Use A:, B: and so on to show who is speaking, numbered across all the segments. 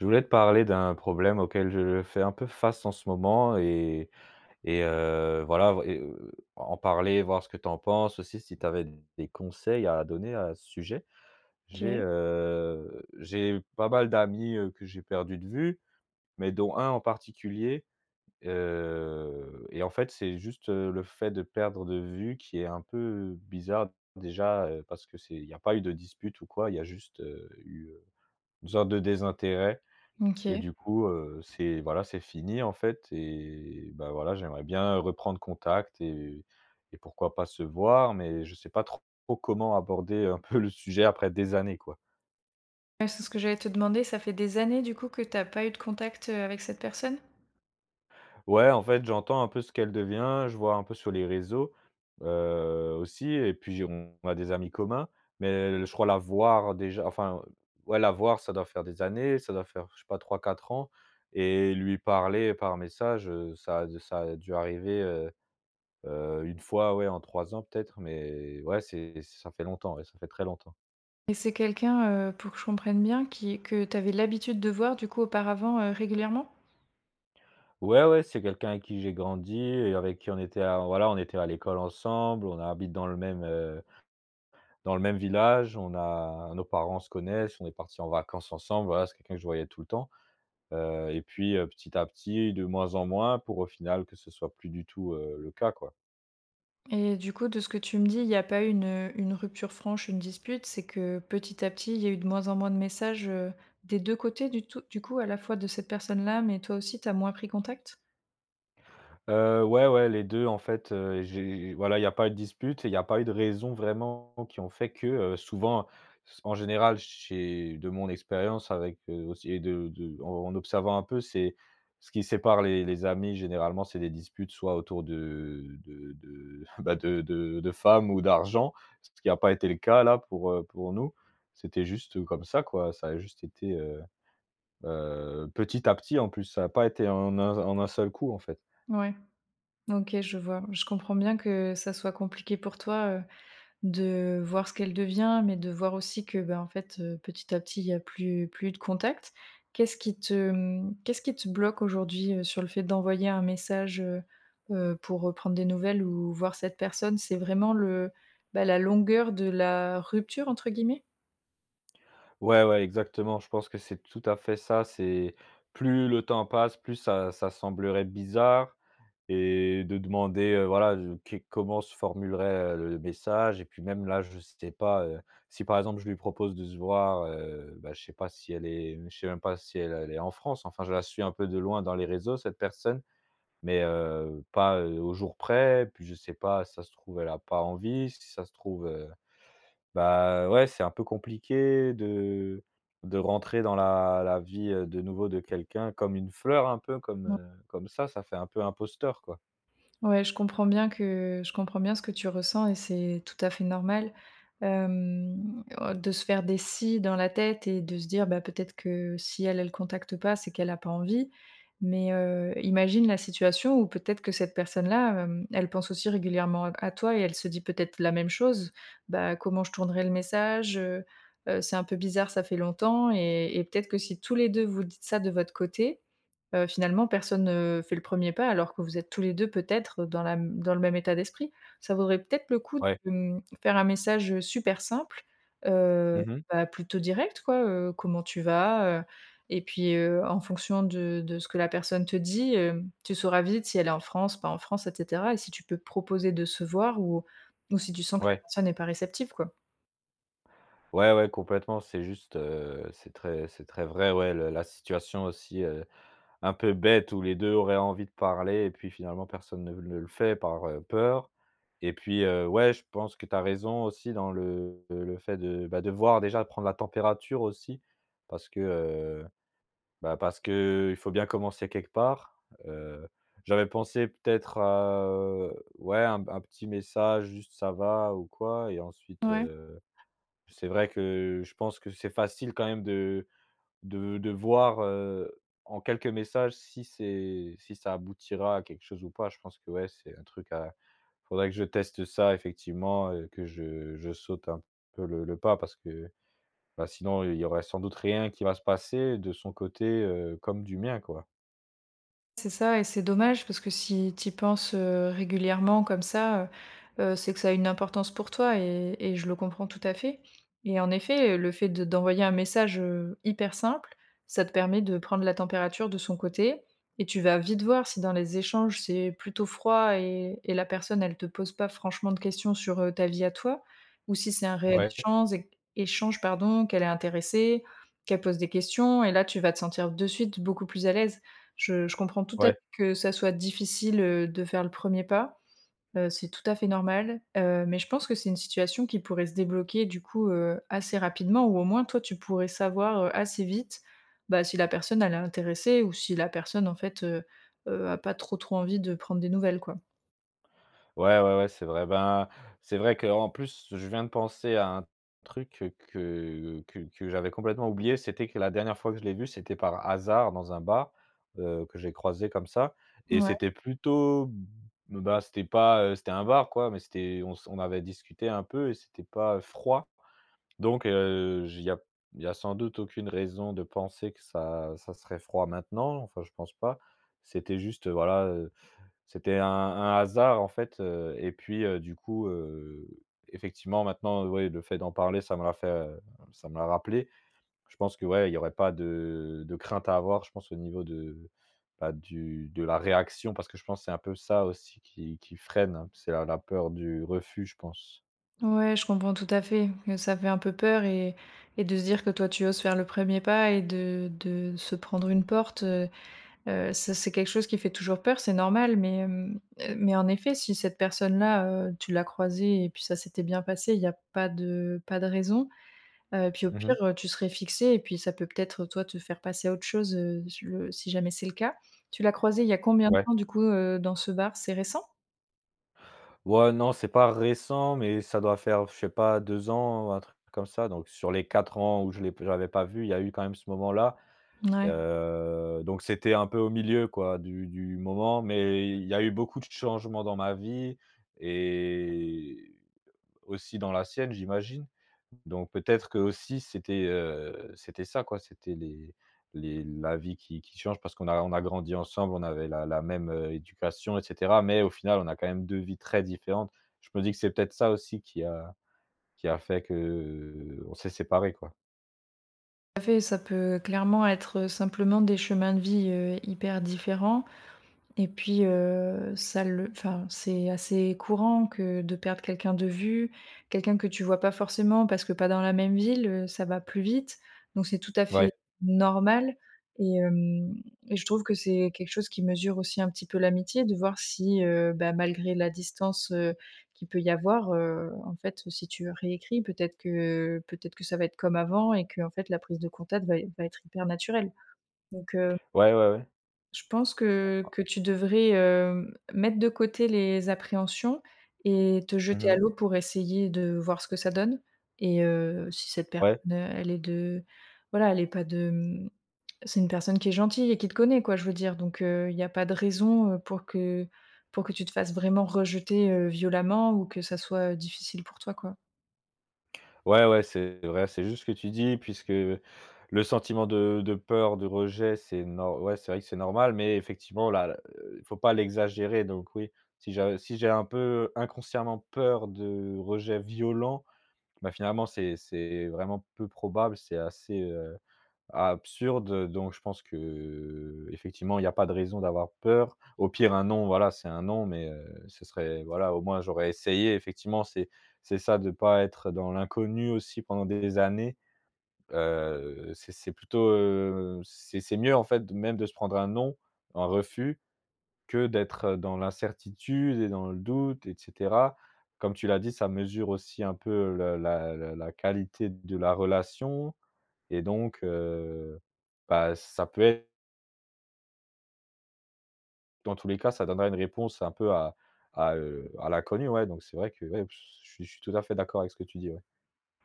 A: Je voulais te parler d'un problème auquel je fais un peu face en ce moment et voilà en parler, voir ce que tu en penses aussi, si tu avais des conseils à donner à ce sujet.
B: OK,
A: J'ai pas mal d'amis, que j'ai perdus de vue, mais dont un en particulier, et en fait, c'est juste, le fait de perdre de vue qui est un peu bizarre déjà, parce que c'est il n'y a pas eu de dispute ou quoi, il y a juste, eu, une sorte de désintérêt
B: OK.
A: et
B: Ouais,
A: du coup, c'est voilà, c'est fini en fait et bah, voilà, j'aimerais bien reprendre contact et pourquoi pas se voir, mais je sais pas trop comment aborder un peu le sujet après des années, quoi.
B: c'est ce que j'allais te demander. Ça fait des années, du coup, que t'as pas eu de contact, avec cette personne?
A: Ouais, en fait, j'entends un peu ce qu'elle devient, je vois un peu sur les réseaux, aussi et puis on a des amis communs, mais je crois la voir déjà enfin, ouais, la voir, ça doit faire des années, ça doit faire, je sais pas 3 4 ans et lui parler par message, ça a dû arriver, 1 fois, ouais, en 3 ans peut-être, mais ouais, c'est ça fait longtemps, ouais, ça fait très longtemps.
B: Et c'est quelqu'un, pour que je comprenne bien, qui que tu avais l'habitude de voir, du coup, auparavant, régulièrement?
A: Ouais, ouais, c'est quelqu'un avec qui j'ai grandi et avec qui on était à voilà, on était à l'école ensemble, on habite dans le même village, on a nos parents se connaissent, on est partis en vacances ensemble, voilà, c'est quelqu'un que je voyais tout le temps, et puis, petit à petit, de moins en moins pour au final que ce soit plus du tout, le cas, quoi.
B: Et du coup, de ce que tu me dis, il n'y a pas eu une rupture franche, une dispute, c'est que petit à petit, il y a eu de moins en moins de messages, des 2 côtés du tout du coup, à la fois de cette personne-là, mais toi aussi, tu as moins pris contact?
A: Ouais, ouais, les 2 en fait, j'ai voilà, il n'y a pas eu de dispute et il n'y a pas eu de raison vraiment qui ont fait que, souvent, s en général chez de mon expérience avec, aussi et de en observant un peu, c'est ce qui sépare les amis généralement, c'est des disputes soit autour de bah, de femmes ou d'argent, ce qui n'a pas été le cas là pour nous. C'était juste comme ça quoi, ça a juste été, petit à petit en plus, ça n'a pas été en un seul coup en fait.
B: Ouais, OK, je vois. Je comprends bien que ça soit compliqué pour toi, de voir ce qu'elle devient, mais de voir aussi que, bah, en fait, petit à petit, il y a plus eu de contact. Qu'est-ce qui te, qu'est-ce qui te bloque aujourd'hui, sur le fait d'envoyer un message, pour, prendre des nouvelles ou voir cette personne? C'est vraiment le, bah, la longueur de la «rupture» entre guillemets?
A: Ouais, ouais, exactement. Je pense que c'est tout à fait ça. C'est plus le temps passe, plus ça semblerait bizarre et de demander, voilà, je qu comment se formulerait, le message et puis même là, je sais pas, si par exemple, je lui propose de se voir, bah, je sais même pas si elle est en France. Enfin, je la suis un peu de loin dans les réseaux, cette personne, mais pas, au jour près. Puis je sais pas, si ça se trouve, elle a pas envie, si ça se trouve, bah, ouais, c'est un peu compliqué de rentrer dans la vie, de nouveau de quelqu'un comme une fleur un peu, comme, comme ça fait un peu imposteur, quoi.
B: Ouais, je comprends bien ce que tu ressens et c'est tout à fait normal, hem, oh, de se faire des si dans la tête et de se dire: «Bah, peut-être que si elle, elle contacte pas, c'est qu'elle a pas envie». Mais, imagine la situation où peut-être que cette personne-là, elle pense aussi régulièrement à toi et elle se dit peut-être la même chose: «Bah, comment je tournerai le message? C'est un peu bizarre, ça fait longtemps» et peut-être que si tous les 2 vous dites ça de votre côté, finalement personne ne fait le premier pas alors que vous êtes tous les 2 peut-être dans le même état d'esprit. Ça vaudrait peut-être le coup de,
A: Ouais.
B: mmh, faire un message, super simple, heu,
A: Mmh.
B: bah, plutôt direct quoi, «Comment tu vas?» Et puis, en fonction de ce que la personne te dit, hem, tu sauras vite si elle est en France, pas en France et cetera et si tu peux proposer de se voir ou si tu sens que la
A: Ouais.
B: personne n'est pas réceptive quoi.
A: Ouais, ouais, complètement, c'est juste, c'est très vrai, ouais, le la situation aussi, un peu bête où les 2 auraient envie de parler et puis finalement personne ne le fait par, peur et puis, ouais, je pense que tu as raison aussi dans le fait de, bah, de voir déjà, de prendre la température aussi parce que, bah, parce que il faut bien commencer quelque part. Heu, J'avais pensé peut-être à, ouais, un petit message juste: «Ça va ?» ou quoi et ensuite,
B: Ouais.
A: c'est vrai que je pense que c'est facile quand même de voir, en quelques messages si c'est si ça aboutira à quelque chose ou pas. Je pense que, ouais, c'est un truc à faudrait que je teste ça effectivement, que je saute un peu le pas parce que, bah, sinon il y aurait sans doute rien qui va se passer de son côté, comme du mien, quoi.
B: C'est ça et c'est dommage parce que si tu y penses, régulièrement comme ça, c'est que ça a une importance pour toi et je le comprends tout à fait et en effet, le fait de d'envoyer un message, hyper simple, ça te permet de prendre la température de son côté et tu vas vite voir si dans les échanges, c'est plutôt froid et la personne, elle te pose pas franchement de questions sur, ta vie à toi ou si c'est un réel
A: Ouais,
B: échange échange pardon, qu'elle est intéressée, qu'elle pose des questions et là, tu vas te sentir de suite beaucoup plus à l'aise. Je comprends tout à fait
A: ouais,
B: que ça soit difficile, de faire le premier pas, c'est tout à fait normal, mais je pense que c'est une situation qui pourrait se débloquer du coup, assez rapidement ou au moins toi tu pourrais savoir, assez vite, bah, si la personne elle est intéressée ou si la personne en fait, a pas trop, trop envie de prendre des nouvelles quoi.
A: ouais, ouais, ouais, c'est vrai. Ben, c'est vrai que en plus, je viens de penser à un truc que j'avais complètement oublié. C'était que la dernière fois que je l'ai vu, c'était par hasard dans un bar, que j'ai croisé comme ça et
B: Ouais.
A: c'était plutôt b bah, c'était pas, c'était un bar quoi, mais c'était on s on avait discuté un peu et c'était pas froid. Donc il y a y a sans doute aucune raison de penser que ça serait froid maintenant, enfin je pense pas. C'était juste, voilà, c'était un hasard en fait, et puis, du coup, effectivement maintenant, ouais, le fait d'en parler, ça me l'a fait, ça me l'a rappelé. Je pense que, ouais, il y aurait pas de crainte à avoir, je pense au niveau de, bah, du de la réaction parce que je pense c'est un peu ça aussi qui freine, hein. C'est la peur du refus, je pense.
B: Ouais, je comprends tout à fait, que ça fait un peu peur et de se dire que toi tu oses faire le premier pas et de se prendre une porte, ça c'est quelque chose qui fait toujours peur, c'est normal, mais, mais en effet, si cette personne-là, tu l'as croisée et puis ça s'était bien passé, il n'y a pas de pas de raison. Puis au
A: Mmh
B: pire,
A: mh.
B: tu serais fixée et puis ça peut peut-être, toi, te faire passer à autre chose, si le si jamais c'est le cas. Tu l'as croisée il y a combien de
A: Ouais.
B: temps, du coup, dans ce bar? C'est récent?
A: Ouais, non, c'est pas récent, mais ça doit faire, je sais pas, 2 ans, un truc comme ça, donc sur les 4 ans où je l'avais pas vu, il y a eu quand même ce moment-là.
B: Ouais.
A: Donc c'était un peu au milieu quoi du moment, mais il y a eu beaucoup de changements dans ma vie et aussi dans la sienne, j'imagine. Donc peut-être que aussi c'était, c'était ça quoi, c'était les la vie qui change parce qu'on a grandi ensemble, on avait la même, éducation et cetera, mais au final, on a quand même 2 vies très différentes. Je me dis que c'est peut-être ça aussi qui a fait que on s'est séparés quoi.
B: Tout à fait, ça peut clairement être, simplement des chemins de vie, hyper différents. Et puis, ça le enfin, c'est assez courant que de perdre quelqu'un de vue, quelqu'un que tu vois pas forcément parce que pas dans la même ville, ça va plus vite. Donc c'est tout à
A: Ouais,
B: fait normal et hem et je trouve que c'est quelque chose qui mesure aussi un petit peu l'amitié, de voir si, bah, malgré la distance, qu'il peut y avoir, en fait, si tu réécris, peut-être que ça va être comme avant et que en fait, la prise de contact va être hyper naturelle. Donc
A: ouais, ouais, ouais.
B: je pense que tu devrais, mettre de côté les appréhensions et te jeter à
A: Mmh.
B: l'eau pour essayer de voir ce que ça donne et si cette personne,
A: Ouais.
B: elle est de voilà, elle est pas de, mmh c'est une personne qui est gentille et qui te connaît quoi, je veux dire donc il y a pas de raison, pour que tu te fasses vraiment rejeter, violemment ou que ça soit, difficile pour toi, quoi.
A: Ouais, ouais, c'est vrai, c'est juste ce que tu dis puisque le sentiment de peur, de rejet, c'est nor ouais, c'est vrai que c'est normal, mais effectivement là, il faut pas l'exagérer donc oui, si j'ai un peu inconsciemment peur de rejet violent bah, finalement c'est vraiment peu probable, c'est assez, euh, absurde, donc je pense que effectivement il y a pas de raison d'avoir peur. Au pire, un non, voilà, c'est un non, mais ce serait voilà, au moins j'aurais essayé. Effectivement, c'est ça de pas être dans l'inconnu aussi pendant des années. C'est plutôt, c'est mieux en fait de- même de se prendre un non, un refus, que d'être dans l'incertitude et dans le doute et cetera. Comme tu l'as dit, ça mesure aussi un peu le la qualité de la relation. Et donc, bah, ça peut être dans tous les cas, ça donnera une réponse un peu à l'inconnu, ouais, donc c'est vrai que, ouais, je suis tout à fait d'accord avec ce que tu dis, ouais.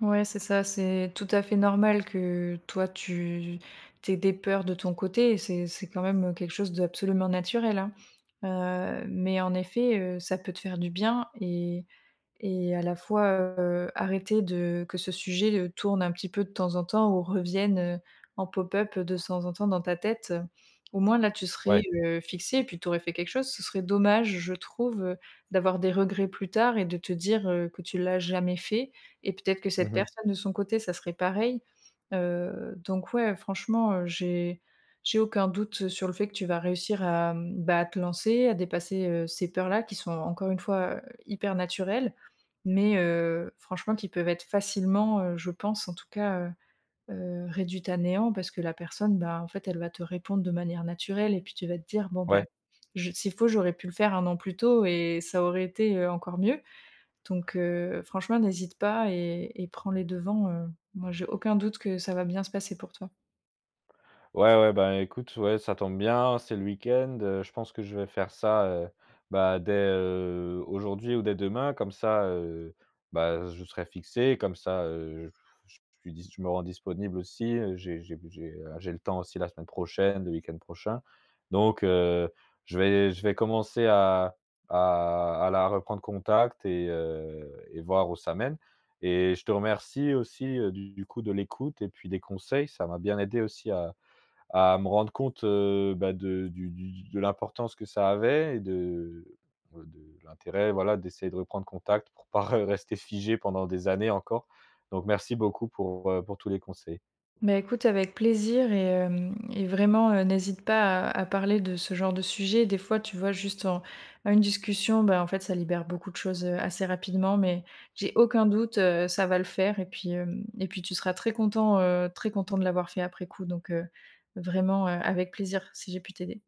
B: Ouais, c'est ça, c'est tout à fait normal que toi, tu aies des peurs de ton côté et c'est quand même, quelque chose d'absolument naturel, hein. Mais en effet, ça peut te faire du bien et à la fois, arrêter de que ce sujet, tourne un petit peu de temps en temps ou revienne, en pop-up de temps en temps dans ta tête, au moins là, tu serais,
A: Ouais.
B: fixée et puis tu aurais fait quelque chose. Ce serait dommage, je trouve, d'avoir des regrets plus tard et de te dire, que tu l'as jamais fait et peut-être que cette
A: Mmh.
B: personne de son côté, ça serait pareil. Donc ouais, franchement, j'ai aucun doute sur le fait que tu vas réussir à, mmh, bah, à te lancer, à dépasser, ces peurs-là qui sont encore une fois, hyper naturelles. Mais franchement qui peuvent être facilement, je pense en tout cas, réduites à néant parce que la personne, bah, en fait, elle va te répondre de manière naturelle et puis tu vas te dire: «Bon, bah,
A: Ouais.
B: je s'il faut j'aurais pu le faire 1 an plus tôt et ça aurait été, encore mieux». Donc franchement n'hésite pas et et prends les devants, moi j'ai aucun doute que ça va bien se passer pour toi.
A: Ouais, ouais, bah, écoute, ouais, ça tombe bien, c'est le week-end, je pense que je vais faire ça, bah, dès, aujourd'hui ou dès demain comme ça, bah, je serai fixé comme ça, je me rends disponible aussi, j'ai le temps aussi la semaine prochaine, le week-end prochain. Donc je vais commencer à la reprendre contact et voir où ça mène et je te remercie aussi, du coup de l'écoute et puis des conseils, ça m'a bien aidé aussi à me rendre compte, bah, de du de l'importance que ça avait et de ouais, de l'intérêt, voilà, d'essayer de reprendre contact pour pas rester figé pendant des années encore. Donc merci beaucoup pour tous les conseils.
B: Bah, écoute avec plaisir et hem et vraiment, n'hésite pas à parler de ce genre de sujet. Des fois, tu vois, juste en en une discussion, bah, en fait, ça libère beaucoup de choses, assez rapidement, mais j'ai aucun doute, ça va le faire et puis, hem et puis tu seras très content de l'avoir fait après coup donc, vraiment, avec plaisir si j'ai pu t'aider.